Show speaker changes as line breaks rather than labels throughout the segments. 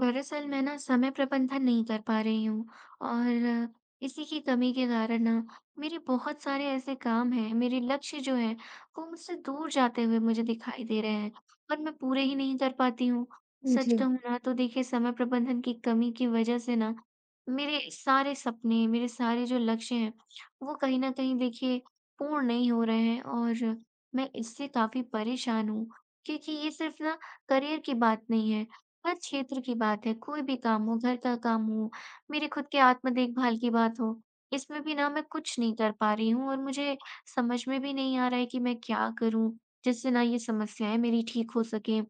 दरअसल मैं ना समय प्रबंधन नहीं कर पा रही हूँ और इसी की कमी के कारण ना मेरे बहुत सारे ऐसे काम हैं, मेरे लक्ष्य जो हैं वो मुझसे दूर जाते हुए मुझे दिखाई दे रहे हैं और मैं पूरे ही नहीं कर पाती हूँ। सच
जी,
कहूँ ना तो देखिए, समय प्रबंधन की कमी की वजह से ना मेरे सारे सपने, मेरे सारे जो लक्ष्य हैं, वो कहीं ना कहीं देखिए पूर्ण नहीं हो रहे हैं और मैं इससे काफी परेशान हूँ। क्योंकि ये सिर्फ ना करियर की बात नहीं है, हर क्षेत्र की बात है, कोई भी काम हो, घर का काम हो, मेरे खुद के आत्म देखभाल की बात हो, इसमें भी ना मैं कुछ नहीं कर पा रही हूँ और मुझे समझ में भी नहीं आ रहा है कि मैं क्या करूँ? जिससे ना ये समस्याएँ मेरी ठीक हो सकें।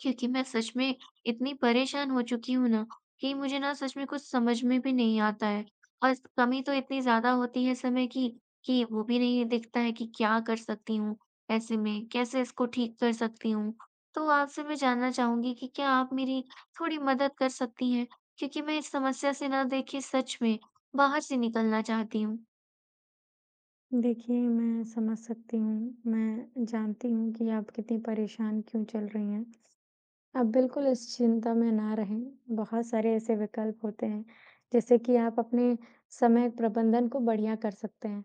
क्योंकि मैं सच में इतनी परेशान हो चुकी हूँ ना, कि मुझे ना सच में कुछ समझ में भी नहीं आता है। और कमी तो इतनी ज़्यादा होती है समय की, कि वो भी नहीं दिखता है कि क्या कर सकती हूँ ऐसे में, कैसे इसको ठीक कर सकती हूँ। तो आपसे मैं जानना चाहूँगी कि क्या आप मेरी थोड़ी मदद कर सकती हैं? क्योंकि मैं इस समस्या से ना देखिए सच में बाहर से निकलना चाहती हूँ।
देखिए मैं समझ सकती हूँ। मैं जानती हूँ कि आप कितनी परेशान क्यों चल रही हैं। आप बिल्कुल इस चिंता में ना रहें, बहुत सारे ऐसे विकल्प होते हैं, जैसे कि आप अपने समय प्रबंधन को बढ़िया कर सकते हैं।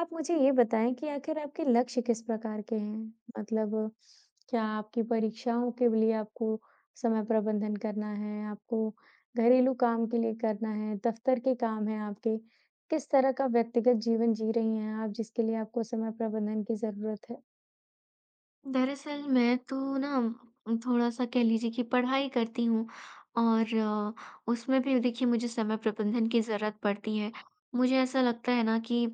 आप मुझे ये बताएँ कि आखिर आपके लक्ष्य किस प्रकार के हैं? मतलब, क्या आपकी परीक्षाओं के लिए आपको समय प्रबंधन करना है, आपको घरेलू काम के लिए करना है, दफ्तर के काम हैं आपके, किस तरह का व्यक्तिगत जीवन जी रही हैं आप, जिसके लिए आपको समय प्रबंधन की ज़रूरत है?
दरअसल मैं तो ना थोड़ा-सा कह लीजिए कि पढ़ाई करती हूँ, और उसमें भी देखिए मुझे समय प्रबंधन की ज़रूरत पड़ती है। मुझे ऐसा लगता है ना कि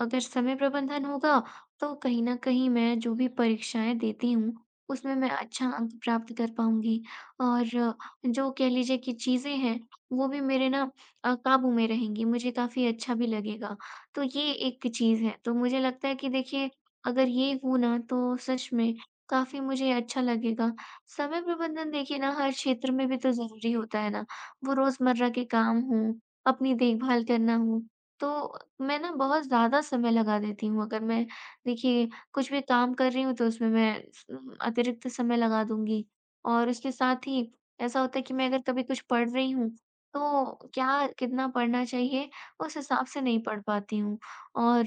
अगर समय प्रबंधन होगा, तो कहीं न कहीं मैं जो भी परीक्षाएँ देती हूँ, उसमें मैं अच्छा अंक प्राप्त कर पाऊँगी, और जो कह लीजिए कि चीज़ें हैं, वो भी मेरे ना काबू में रहेंगी, मुझे काफ़ी अच्छा भी लगेगा। तो ये एक चीज़ है, तो मुझे लगता है कि देखिए अगर ये हो ना तो सच में काफ़ी मुझे अच्छा लगेगा। समय प्रबंधन देखिए ना हर क्षेत्र में भी तो ज़रूरी होता है ना, वो रोज़मर्रा के काम हों, अपनी देखभाल करना हो, तो मैं ना बहुत ज़्यादा समय लगा देती हूँ। अगर मैं देखिए कुछ भी काम कर रही हूँ, तो उसमें मैं स अतिरिक्त समय लगा दूँगी और उसके साथ ही ऐसा होता है कि मैं अगर कभी कुछ पढ़ रही हूँ, तो क्या कितना पढ़ना चाहिए उस हिसाब से नहीं पढ़ पाती हूँ। और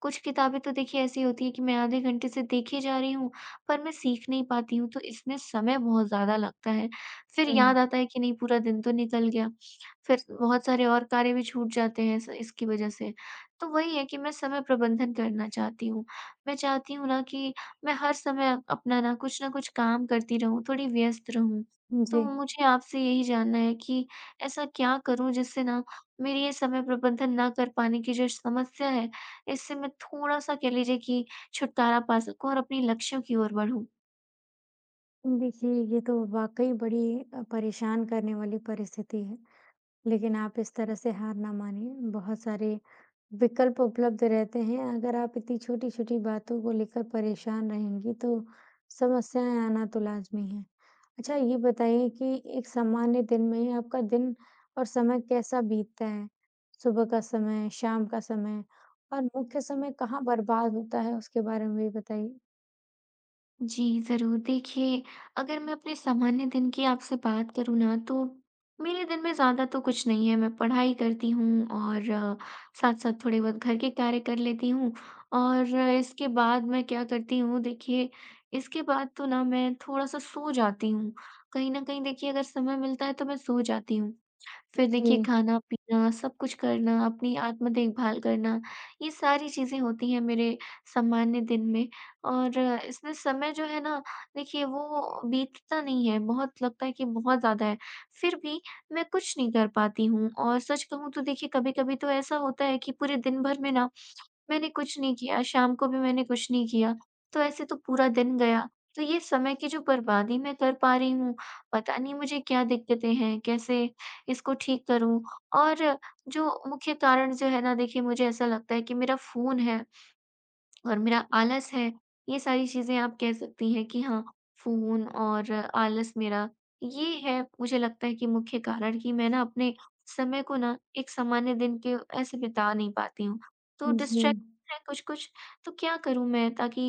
कुछ किताबें तो देखिए ऐसी होती हैं कि मैं आधे घंटे से देखे जा रही हूँ, पर मैं सीख नहीं पाती हूँ, तो इसमें समय बहुत ज़्यादा लगता है। फिर
हुँ।
याद आता है कि नहीं, पूरा दिन तो निकल गया, फिर बहुत सारे और कार्य भी छूट जाते हैं इस इसकी वजह से। तो वही है कि मैं समय प्रबंधन करना चाहती हूँ। मैं चाहती हूँ ना कि मैं हर समय अपना ना कुछ न कुछ काम करती रहूँ, थोड़ी व्यस्त रहूँ। तो
जी।
मुझे आपसे यही जानना है कि ऐसा क्या करूँ जिससे ना मेरी ये समय प्रबंधन ना कर पाने की जो समस्या है, इससे मैं थोड़ा-सा कह लीजिए कि छुटकारा पा सकूँ और अपने लक्ष्यों की ओर बढ़ूँ।
देखिए, ये तो वाक़ई बड़ी परेशान करने वाली परिस्थिति है। लेकिन आप इस तरह से हार ना मानिए, बहुत सारे विकल्प उपलब्ध रहते हैं। अगर आप इतनी छोटी-छोटी बातों को लेकर परेशान रहेंगी, तो समस्याएँ आना तो लाज़मी है। अच्छा, ये बताइए कि एक सामान्य दिन में आपका दिन और समय कैसा बीतता है? सुबह का समय, शाम का समय और मुख्य समय कहाँ बर्बाद होता है, उसके बारे में भी बताइए?
जी, ज़रूर। देखिए, अगर मैं अपने सामान्य दिन की आपसे बात करूँ ना, तो मेरे दिन में ज़्यादा तो कुछ नहीं है। मैं पढ़ाई करती हूँ और साथ-साथ थोड़े बहुत घर के कार्य कर लेती हूँ, और इसके बाद मैं क्या करती हूँ, देखिए, इसके बाद तो ना मैं थोड़ा-सा सो जाती हूँ। कहीं न कहीं देखिए अगर समय मिलता है तो मैं सो जाती हूँ। फिर देखिए
जी,
खाना-पीना, सब कुछ करना, अपनी आत्म देखभाल करना, ये सारी चीज़ें होती हैं मेरे सामान्य दिन में। और इसमें समय जो है ना देखिए, वो बीतता नहीं है, बहुत लगता है कि बहुत ज़्यादा है, फिर भी मैं कुछ नहीं कर पाती हूँ। और सच कहूँ तो देखिए, कभी-कभी तो ऐसा होता है कि पूरे दिन भर में ना मैंने कुछ नहीं किया, शाम को भी मैंने कुछ नहीं किया, तो ऐसे तो पूरा दिन गया। तो ये समय की जो बर्बादी मैं कर पा रही हूँ, पता नहीं मुझे क्या दिक्कतें हैं, कैसे इसको ठीक करूँ? और जो मुख्य कारण जो है ना देखिए, मुझे ऐसा लगता है कि मेरा फ़ोन है। और मेरा आलस है, ये सारी चीज़ें आप कह सकती हैं कि हाँ, फ़ोन और आलस मेरा, ये है मुझे लगता है कि मुख्य कारण, कि मैं ना अपने समय को ना एक सामान्य दिन के ऐसे बिता नहीं पाती हूँ। तो
जी।
डिस्ट्रैक्ट है कुछ-कुछ, तो क्या करूँ मैं ताकि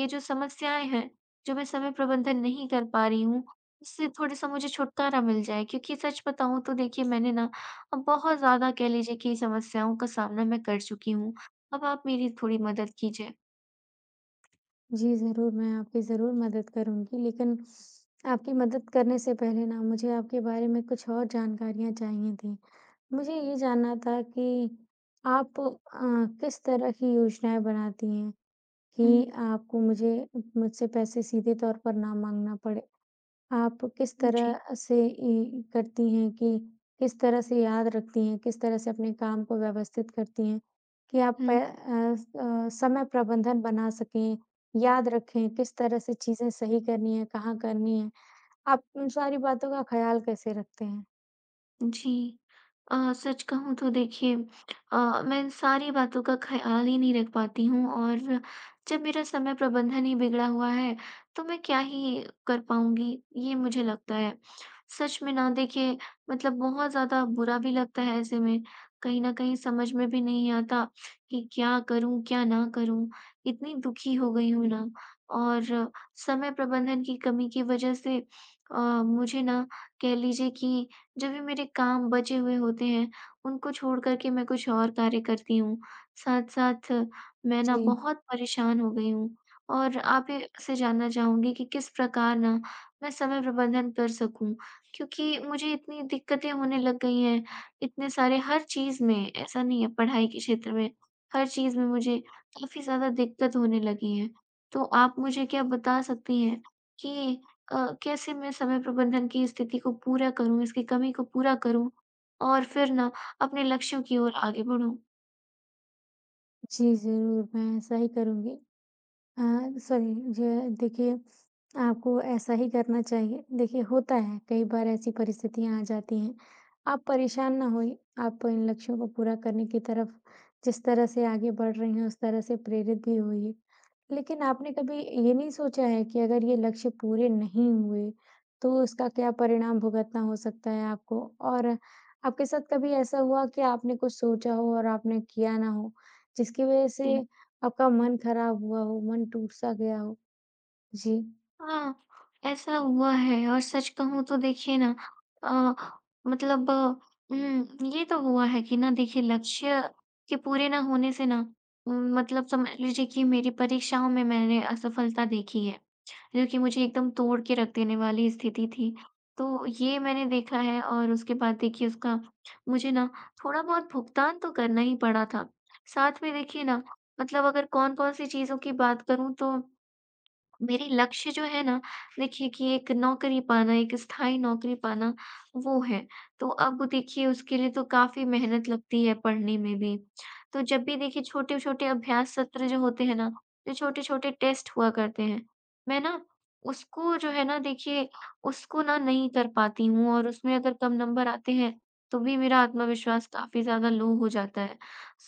ये जो समस्याएँ हैं, जो मैं समय प्रबंधन नहीं कर पा रही हूँ, इससे थोड़ा-सा मुझे छुटकारा मिल जाए? क्योंकि सच बताऊँ तो देखिए, मैंने ना अब बहुत ज़्यादा कह लीजिए कि समस्याओं का सामना मैं कर चुकी हूँ। अब आप मेरी थोड़ी मदद कीजिए।
जी, ज़रूर, मैं आपकी ज़रूर मदद करूँगी, लेकिन आपकी मदद करने से पहले ना मुझे आपके बारे में कुछ और जानकारियाँ चाहिए थी। मुझे ये जानना था कि आप किस तरह की योजनाएँ बनाती हैं
हुँ।
कि आपको मुझे मुझसे पैसे सीधे तौर पर ना माँगना पड़े? आप किस
हुँ, जी।
तरह से इ करती हैं कि किस तरह से याद रखती हैं, किस तरह से अपने काम को व्यवस्थित करती हैं कि आप
हुँ।
समय प्रबंधन बना सकें, याद रखें, किस तरह से चीज़ें सही करनी है, कहाँ करनी है? आप उन सारी बातों का ख़्याल कैसे रखते हैं?
जी। सच कहूँ तो देखिए, अ, मैं इन सारी बातों का ख़्याल ही नहीं रख पाती हूँ, और जब मेरा समय प्रबंधन ही बिगड़ा हुआ है, तो मैं क्या ही कर पाऊँगी, ये मुझे लगता है। सच में ना देखिए, मतलब बहुत ज़्यादा बुरा भी लगता है ऐसे में, कहीं न कहीं समझ में भी नहीं आता कि क्या करूँ, क्या ना करूँ? इतनी दुखी हो गई हूँ ना, और समय प्रबंधन की कमी की वज़ह से अ, मुझे ना कह लीजिए कि जब भी मेरे काम बचे हुए होते हैं, उनको छोड़ कर के मैं कुछ और कार्य करती हूँ। साथ-साथ मैं ना
जी।
बहुत परेशान हो गई हूँ, और आप ये से जानना चाहूँगी कि किस प्रकार ना मैं समय प्रबंधन कर सकूँ? क्योंकि मुझे इतनी दिक्कतें होने लग गई हैं, इतने सारे हर चीज़ में, ऐसा नहीं है पढ़ाई के क्षेत्र में, हर चीज़ में मुझे काफ़ी ज़्यादा दिक्कत होने लगी है। तो आप मुझे क्या बता सकती हैं कि कैसे मैं समय प्रबंधन की स्थिति को पूरा करूँ, इसकी कमी को पूरा करूँ और फिर ना अपने लक्ष्यों की ओर आगे बढ़ूँ?
जी, ज़रूर मैं ऐसा ही करूँगी। हाँ, सॉरी, ये देखिए आपको ऐसा ही करना चाहिए। देखिए, होता है कई बार ऐसी परिस्थितियाँ आ जाती हैं। आप परेशान ना होइए, आप इन लक्ष्यों को पूरा करने की तरफ जिस तरह से आगे बढ़ रही हैं, उस तरह से प्रेरित भी होइए। लेकिन आपने कभी ये नहीं सोचा है कि अगर ये लक्ष्य पूरे नहीं हुए, तो इसका क्या परिणाम भुगतना हो सकता है आपको? और आपके साथ कभी ऐसा हुआ कि आपने कुछ सोचा हो और आपने किया ना हो, जिसकी वज़ह से
जी।
आपका मन खराब हुआ हो, मन टूट-सा गया हो। जी,
हाँ, ऐसा हुआ है, और सच कहूँ तो देखिए ना, अ, मतलब ये तो हुआ है कि ना देखिए, लक्ष्य के पूरे ना होने से ना मतलब समझ लीजिए कि मेरी परीक्षाओं में मैंने असफलता देखी है, जो कि मुझे एकदम तोड़ के रख देने वाली स्थिति थी। तो ये मैंने देखा है, और उसके बाद देखिए उसका मुझे ना थोड़ा-बहुत भुगतान तो करना ही पड़ा था। साथ में देखिए ना, मतलब अगर कौन-कौन सी चीज़ों की बात करूँ, तो मेरे लक्ष्य जो है ना देखिए, कि एक नौकरी पाना, एक स्थायी नौकरी पाना, वो है। तो अब देखिए उसके लिए तो काफ़ी मेहनत लगती है पढ़ने में भी। तो जब भी देखिए छोटे-छोटे अभ्यास सत्र जो होते हैं ना, जो छोटे-छोटे टेस्ट हुआ करते हैं, मैं ना उसको जो है ना देखिए, उसको ना नहीं कर पाती हूँ, और उसमें अगर कम नंबर आते हैं, तो भी मेरा आत्मविश्वास काफ़ी ज़्यादा लो हो जाता है।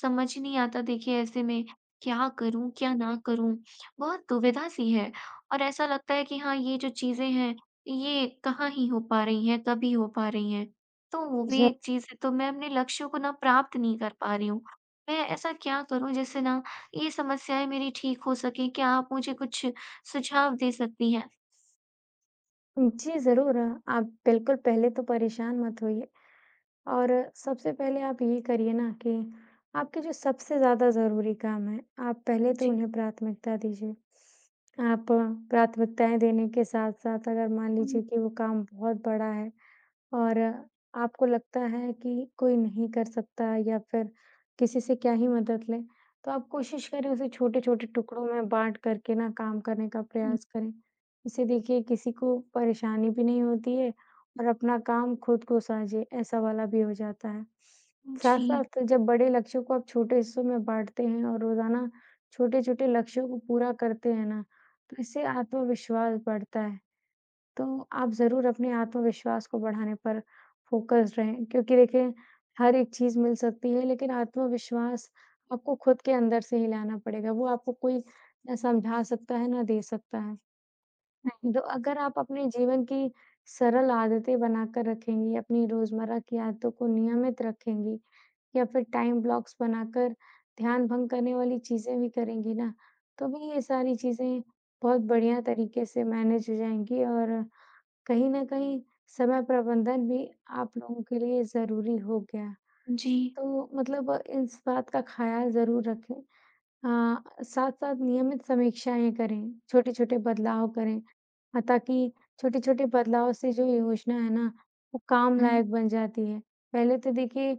समझ नहीं आता देखिए ऐसे में क्या करूँ, क्या ना करूँ? बहुत दुविधा सी है। और ऐसा लगता है कि हाँ, ये जो चीज़ें हैं, ये कहाँ ही हो पा रही हैं, कभी हो पा रही हैं। तो वो भी
ज
एक चीज़ है, तो मैं अपने लक्ष्यों को ना प्राप्त नहीं कर पा रही हूँ। मैं ऐसा क्या करूँ जिससे ना ये समस्याएँ मेरी ठीक हो सकें? क्या आप मुझे कुछ सुझाव दे सकती हैं?
जी, ज़रूर, आप बिल्कुल पहले तो परेशान मत होइए और सबसे पहले आप ये करिए ना कि आपके जो सबसे ज़्यादा ज़रूरी काम हैं, आप पहले तो
जी।
उन्हें प्राथमिकता दीजिए। आप प्राथमिकताएँ देने के साथ-साथ अगर मान
हुँ,
लीजिए कि वो काम बहुत बड़ा है और आपको लगता है कि कोई नहीं कर सकता या फिर किसी से क्या ही मदद लें, तो आप कोशिश करें उसे छोटे-छोटे टुकड़ों में बाँट करके ना काम करने का
हुँ,
प्रयास करें। इससे देखिए किसी को परेशानी भी नहीं होती है और अपना काम खुद को साझे ऐसा वाला भी हो जाता है।
जी,
साथ-साथ जब बड़े लक्ष्यों को आप छोटे हिस्सों में बाँटते हैं और रोज़ाना छोटे-छोटे लक्ष्यों को पूरा करते हैं ना, तो इससे आत्मविश्वास बढ़ता है। तो आप ज़रूर अपने आत्मविश्वास को बढ़ाने पर फ़ोकस्ड रहें, क्योंकि देखिए, हर एक चीज़ मिल सकती है, लेकिन आत्मविश्वास आपको खुद के अंदर से ही लाना पड़ेगा। वो आपको कोई ना समझा सकता है, ना दे सकता है। तो अगर आप अपने जीवन की सरल आदतें बनाकर रखेंगी, अपनी रोज़मर्रा की आदतों को नियमित रखेंगी या फिर टाइम ब्लॉक्स बनाकर ध्यान भंग करने वाली चीज़ें भी करेंगी ना, तो भी ये सारी चीज़ें बहुत बढ़िया तरीके से मैनेज हो जाएँगी और कहीं न कहीं समय प्रबंधन भी आप लोगों के लिए ज़रूरी हो गया।
हुँ, जी।
तो मतलब, इस बात का ख़्याल ज़रूर रखें। हाँ, साथ-साथ नियमित समीक्षाएँ करें, छोटे-छोटे बदलाव करें, ताकि छोटे-छोटे बदलाव से जो योजना है ना, वो काम
हुँ,
लायक बन जाती है। पहले तो देखिए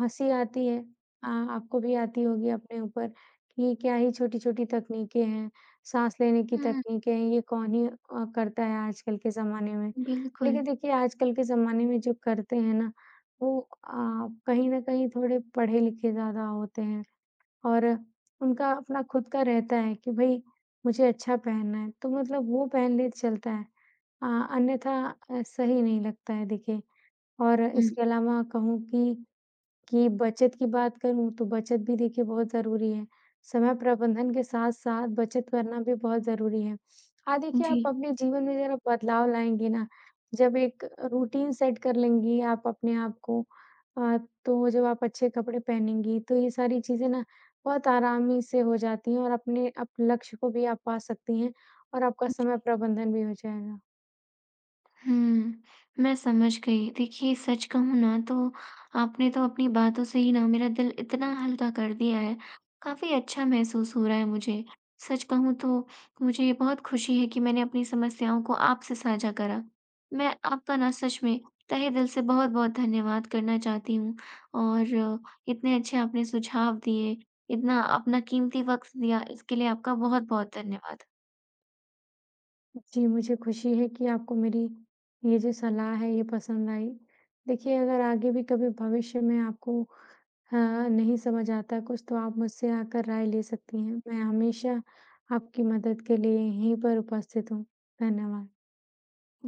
हँसी आती है, आपको भी आती होगी अपने ऊपर कि ये क्या ही छोटी-छोटी तकनीकें हैं, साँस लेने की
हुँ,
तकनीकें हैं, ये कौन ही करता है आजकल के ज़माने में।
बिल्कुल।
लेकिन देखिए आजकल के ज़माने में जो करते हैं ना, वो कहीं न कहीं थोड़े पढ़े-लिखे ज़्यादा होते हैं। और उनका अपना खुद का रहता है कि भई, मुझे अच्छा पहनना है, तो मतलब वो पहन ले चलता है। अ, अन्यथा सही नहीं लगता है देखिए। और
हुँ,
इसके अलावा कहूँ कि बचत की बात करूँ तो बचत भी देखिए बहुत ज़रूरी है। समय प्रबंधन के साथ-साथ बचत करना भी बहुत ज़रूरी है। हाँ, देखिए
जी,
आप अपने जीवन में ज़रा बदलाव लाएँगी ना, जब एक रूटीन सेट कर लेंगी आप अपने आप को, अ, तो जब आप अच्छे कपड़े पहनेंगी, तो ये सारी चीज़ें ना बहुत आरामी से हो जाती हैं और अपने अप लक्ष्य को भी आप पा सकती हैं और आपका समय
जी।
प्रबंधन भी हो जाएगा।
मैं समझ गई। देखिए सच कहूँ ना तो आपने तो अपनी बातों से ही ना मेरा दिल इतना हल्का कर दिया है। काफ़ी अच्छा महसूस हो रहा है मुझे। सच कहूँ तो मुझे ये बहुत खुशी है कि मैंने अपनी समस्याओं को आपसे साझा करा। मैं आपका ना सच में तहे दिल से बहुत-बहुत धन्यवाद करना चाहती हूँ, और इतने अच्छे आपने सुझाव दिए, इतना अपना कीमती वक़्त दिया, इसके लिए आपका बहुत-बहुत धन्यवाद।
जी, मुझे खुशी है कि आपको मेरी ये जो सलाह है ये पसंद आई। देखिए, अगर आगे भी कभी भविष्य में आपको हाँ, नहीं समझ आता कुछ, तो आप मुझसे आकर राय ले सकती हैं। मैं हमेशा आपकी मदद के लिए यहीं पर उपस्थित हूँ। धन्यवाद।